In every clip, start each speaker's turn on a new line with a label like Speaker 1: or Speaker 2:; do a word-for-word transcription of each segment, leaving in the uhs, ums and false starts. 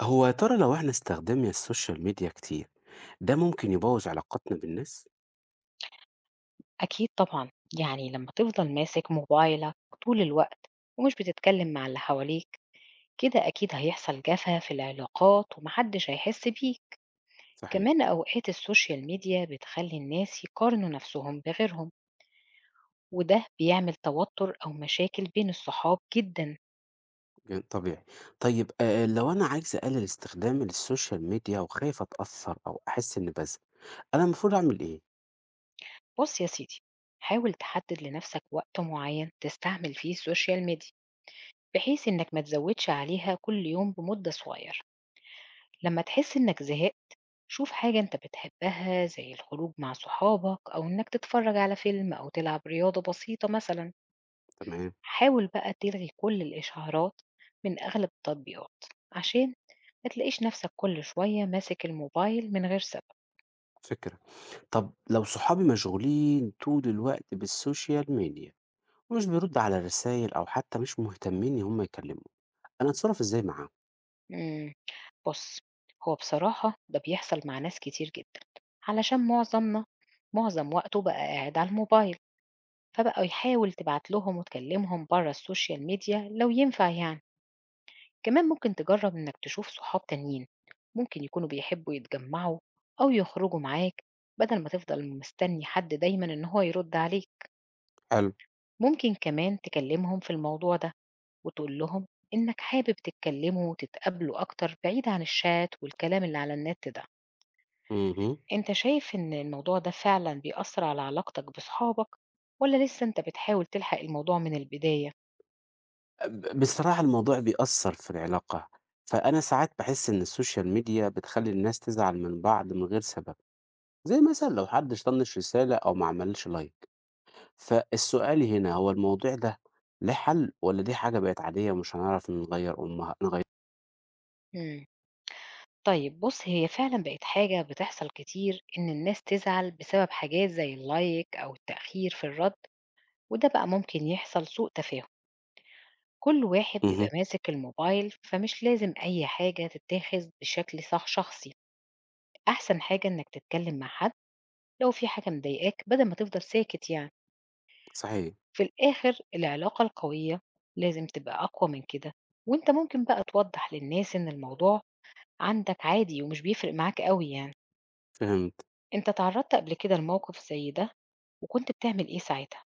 Speaker 1: هو يا ترى لو إحنا استخدمنا السوشيال ميديا كتير، ده ممكن يبوّظ علاقاتنا بالناس؟
Speaker 2: أكيد طبعًا، يعني لمّا تفضل ماسك موبايلك طول الوقت ومش بتتكلم مع اللي حواليك، كده أكيد هيحصل جفا في العلاقات وما حدش هيحس بيك،
Speaker 1: صحيح،
Speaker 2: كمان أوقات السوشيال ميديا بتخلّي الناس يقارنوا نفسهم بغيرهم، وده بيعمل توتر أو مشاكل بين الصحاب جدًا.
Speaker 1: ج طبيعي. طيب آآ لو أنا عايز أقلل استخدامي للسوشيال ميديا وخايف أتأثّر أو أحس إنّي بازهق، أنا المفروض أعمل إيه؟
Speaker 2: بُص يا سيدي، حاول تحدد لنفسك وقت معين تستعمل فيه السوشيال ميديا، بحيث إنك ما تزوّدش عليها كل يوم بمدة صغيرة. لمّا تحس إنك زهقت شوف حاجة أنت بتحبها زي الخروج مع صحابك أو إنك تتفرج على فيلم أو تلعب رياضة بسيطة مثلا.
Speaker 1: تمام،
Speaker 2: حاول بقى تلغي كل الإشعارات من أغلب التطبيقات عشان ما تلاقيش نفسك كل شوية ماسك الموبايل من غير سبب.
Speaker 1: فكرة. طب لو صحابي مشغولين طول الوقت بالسوشيال ميديا ومش بيردّوا على الرسايل أو حتّى مش مهتمين إن هم يكلموني، أنا أتصرّف إزاي معاهم؟
Speaker 2: مم. بص، هو بصراحة ده بيحصل مع ناس كتير جدا علشان معظمنا معظم وقته بقى قاعد على الموبايل، فبقى يحاول تبعت لهم وتكلمهم بره السوشيال ميديا لو ينفع يعني. كمان ممكن تجرب إنك تشوف صحاب تانيين ممكن يكونوا بيحبوا يتجمعوا أو يخرجوا معاك بدل ما تفضل مستني حد دايما إن هو يرد عليك.
Speaker 1: حلو.
Speaker 2: ممكن كمان تكلمهم في الموضوع ده وتقول لهم إنك حابب تتكلموا وتتقابلوا أكتر بعيد عن الشات والكلام اللي على النت ده.
Speaker 1: اهم.
Speaker 2: أنت شايف إن الموضوع ده فعلا بيأثر على علاقتك بصحابك ولا لسه أنت بتحاول تلحق الموضوع من البداية؟
Speaker 1: ب بصراحة الموضوع بيأثّر في العلاقة، فأنا ساعات باحس إن السوشيال ميديا بتخلّي الناس تزعل من بعض من غير سبب، زي مثلًا لو حد طنّش رسالة أو ما عملش لايك، فالسؤال هنا هو الموضوع ده ليه حل والّا دي حاجة بقت عادية ومش هنعرف نغيّر أمها نغي
Speaker 2: مم. طيب بُص، هي فعلًا بقت حاجة بتحصل كتير إن الناس تزعل بسبب حاجات زي اللايك أو التأخير في الرد، وده بقى ممكن يحصل سوء تفاهم، كل واحد
Speaker 1: اهم،
Speaker 2: بيبقى ماسك الموبايل فمش لازم أي حاجة تتاخذ بشكل صح شخصي. أحسن حاجة إنك تتكلم مع حد لو في حاجة مضايقاك بدل ما تفضل ساكت يعني.
Speaker 1: صحيح،
Speaker 2: في الآخر العلاقة القوية لازم تبقى أقوى من كده، وأنت ممكن بقى توضح للناس إن الموضوع عندك عادي ومش بيفرق معاك أوي يعني.
Speaker 1: فهمت.
Speaker 2: أنت اتعرّضت قبل كده لموقف زي ده، وكنت بتعمل إيه ساعتها؟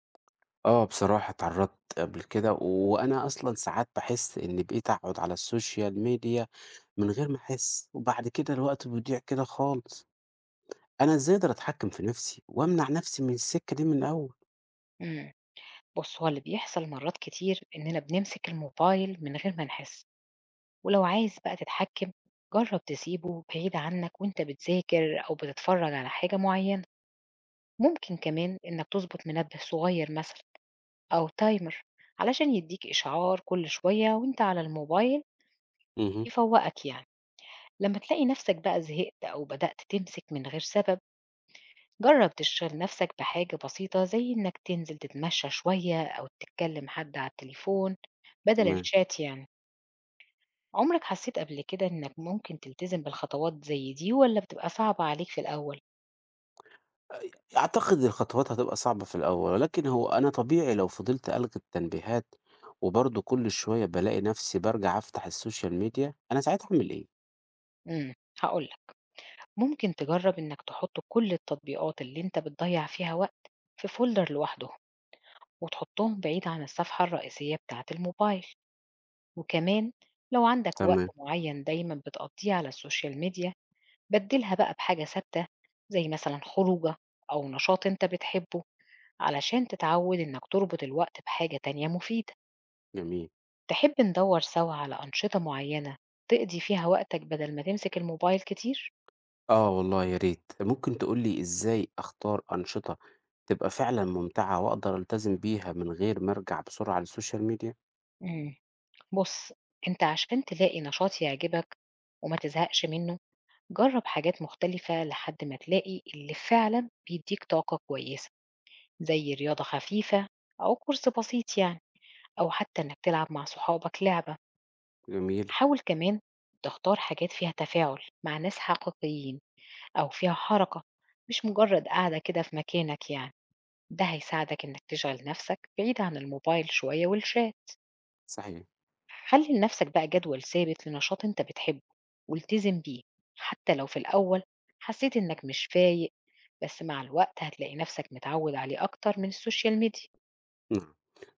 Speaker 1: آه، بصراحة اتعرّضت قبل كده وأنا أصلًا ساعات باحس إن بقيت أقعد على السوشيال ميديا من غير ما أحس، وبعد كده الوقت بيضيع كده خالص. أنا إزاي أقدر أتحكم في نفسي وأمنع نفسي من السكة دي من الأول؟
Speaker 2: إمم، بُص، هو اللي بيحصل مرّات كتير إننا بنمسك الموبايل من غير ما نحس، ولو عايز بقى تتحكّم جرّب تسيبه بعيد عنك وأنت بتذاكر أو بتتفرّج على حاجة معيّنة. ممكن كمان إنك تضبط منبه صغير مثلًا أو timer علشان يدّيك إشعار كل شوية وأنت على الموبايل،
Speaker 1: اهم،
Speaker 2: يفوّقك يعني. لمّا تلاقي نَفْسك بقى زهقت أو بدأت تمسك من غير سبب جرب تشغل نفسك بحاجة بسيطة زي إنك تنزل تتمشى شوية أو تتكلم حد على التليفون بدل
Speaker 1: تمام.
Speaker 2: الشات يعني. عمرك حسيت قبل كده إنك ممكن تلتزم بالخطوات زي دي ولا بتبقى صعبة عليك في الأول؟
Speaker 1: أعتقد الخطوات هتبقى صعبة في الأول، ولكن هو أنا طبيعي لو فضلت ألغي التنبيهات وبرضه كل شوية بالاقي نفسي بارجع أفتح السوشيال ميديا، أنا ساعتها أعمل إيه؟
Speaker 2: امم هقولك، ممكن تجرب إنك تحط كل التطبيقات اللي إنت بتضيع فيها وقت في فولدر لوحده وتحطهم بعيد عن الصفحة الرئيسية بتاعة الموبايل. وكمان لو عندك وقت
Speaker 1: تمام،
Speaker 2: معين دايما بتقضيه على السوشيال ميديا بَدِّلها بقى بحاجة ثابتة، زي مثلًا خروجة أو نشاط أنت بتحبه، علشان تتعوِّد إنك تربط الوقت بحاجة تانية مفيدة.
Speaker 1: جميل.
Speaker 2: تحب ندوَّر سوا على أنشطة معينة تقضي فيها وقتك بدل ما تمسك الموبايل كتير؟
Speaker 1: آه والله يا ريت، ممكن تقول لي إزاي أختار أنشطة تبقى فعلًا ممتعة وأقدر ألتزم بيها من غير ما أرجع بسرعة للسوشيال ميديا؟
Speaker 2: إمم، بُص، أنت عشان تلاقي نشاط يعجبك وما تزهقش منه، جرّب حاجات مختلفة لحد ما تلاقي اللي فعلًا بيدّيك طاقة كويسة، زي رياضة خفيفة أو كورس بسيط يعني، أو حتى إنك تلعب مع صحابك لعبة.
Speaker 1: جميل،
Speaker 2: حاول كمان تختار حاجات فيها تفاعل مع ناس حقيقيين أو فيها حركة، مش مجرد قاعدة كده في مكانك يعني. ده هيساعدك إنك تشغل نفسك بعيد عن الموبايل شوية والشات.
Speaker 1: صحيح.
Speaker 2: خلي لنفسك بقى جدول ثابت لنشاط أنت بتحبه والتزم بيه، حتى لو في الأول حسيت إنك مش فايق، بس مع الوقت هتلاقي نفسك متعود عليه أكتر من السوشيال ميديا.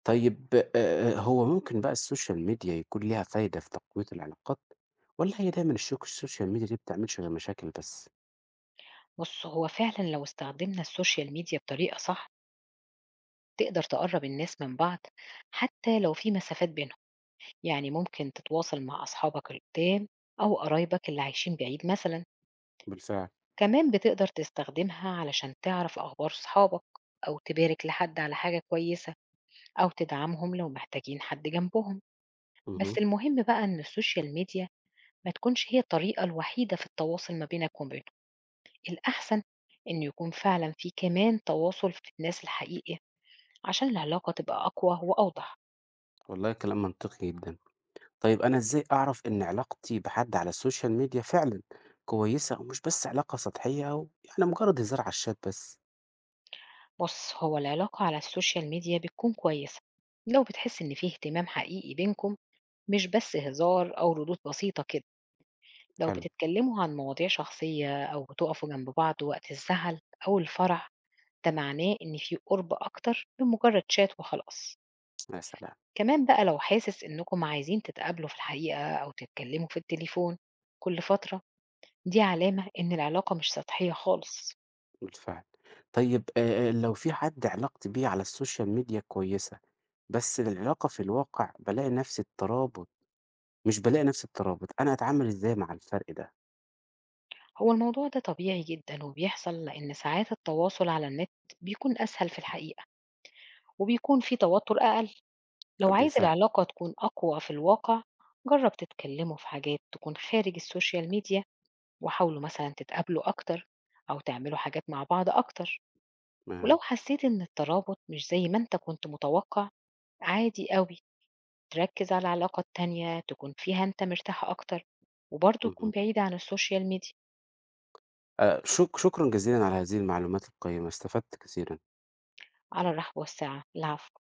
Speaker 1: طيب آآ هو ممكن بقى السوشيال ميديا يكون ليها فايدة في تقوية العلاقات، والّا هي دايمًا الشوك السوشيال ميديا دي بتعملش غير مشاكل بس؟
Speaker 2: بص، هو فعلا لو استخدمنا السوشيال ميديا بطريقة صح تقدر تقرب الناس من بعض حتى لو في مسافات بينهم، يعني ممكن تتواصل مع أصحابك القدام أو قرايبك اللي عايشين بعيد مثلا.
Speaker 1: بالفعل.
Speaker 2: كمان بتقدر تستخدمها علشان تعرف أخبار صحابك أو تبارك لحد على حاجة كويسة أو تدعمهم لو محتاجين حد جنبهم.
Speaker 1: اهم،
Speaker 2: بس المهم بقى إن السوشيال ميديا ما تكونش هي الطريقة الوحيدة في التواصل ما بينك وبينهم. الأحسن إنه يكون فعلا في كمان تواصل في الناس الحقيقي عشان العلاقة تبقى أقوى وأوضح.
Speaker 1: والله كلام منطقي جدًا. طيب أنا إزاي أعرف إن علاقتي بحد على السوشيال ميديا فعلًا كويسة ومش بس علاقة سطحية أو يعني مجرد هزار على الشات بس؟
Speaker 2: بُص، هو العلاقة على السوشيال ميديا بتكون كويسة لو بتحس إن في اهتمام حقيقي بينكم، مش بس هزار أو ردود بسيطة كده، لو
Speaker 1: حلو،
Speaker 2: بتتكلموا عن مواضيع شخصية أو بتقفوا جنب بعض وقت الزعل أو الفرح، ده معناه إن في قرب أكتر من مجرد شات وخلاص.
Speaker 1: يا سلام!
Speaker 2: كمان بقى لو حاسس إنكم عايزين تتقابلوا في الحقيقة أو تتكلموا في التليفون كل فترة، دي علامة إن العلاقة مش سطحية خالص.
Speaker 1: بالفعل. طيب آآ لو في حد علاقتي بيه على السوشيال ميديا كويسة، بس العلاقة في الواقع بالاقي نفس الترابط مش بالاقي نفسي الترابط، أنا أتعامل إزاي مع الفرق ده؟
Speaker 2: هو الموضوع ده طبيعي جدا وبيحصل لأن ساعات التواصل على النت بيكون أسهل في الحقيقة وبيكون فيه توتر أقل. لو عايز
Speaker 1: بالفعل،
Speaker 2: العلاقة تكون أقوى في الواقع جرب تتكلموا في حاجات تكون خارج السوشيال ميديا وحاولوا مثلا تتقابلوا أكتر أو تعملوا حاجات مع بعض أكتر.
Speaker 1: ما
Speaker 2: ولو حسيت إن الترابط مش زي ما أنت كنت متوقع عادي قوي، تركز على العلاقة التانية تكون فيها أنت مرتاح أكتر وبرضه تكون
Speaker 1: اهم.
Speaker 2: بعيدة عن السوشيال ميديا.
Speaker 1: آآ شك شكرًا جزيلًا على هذه المعلومات القيّمة، استفدت كثيرًا.
Speaker 2: على الرحب والسعة، العفو.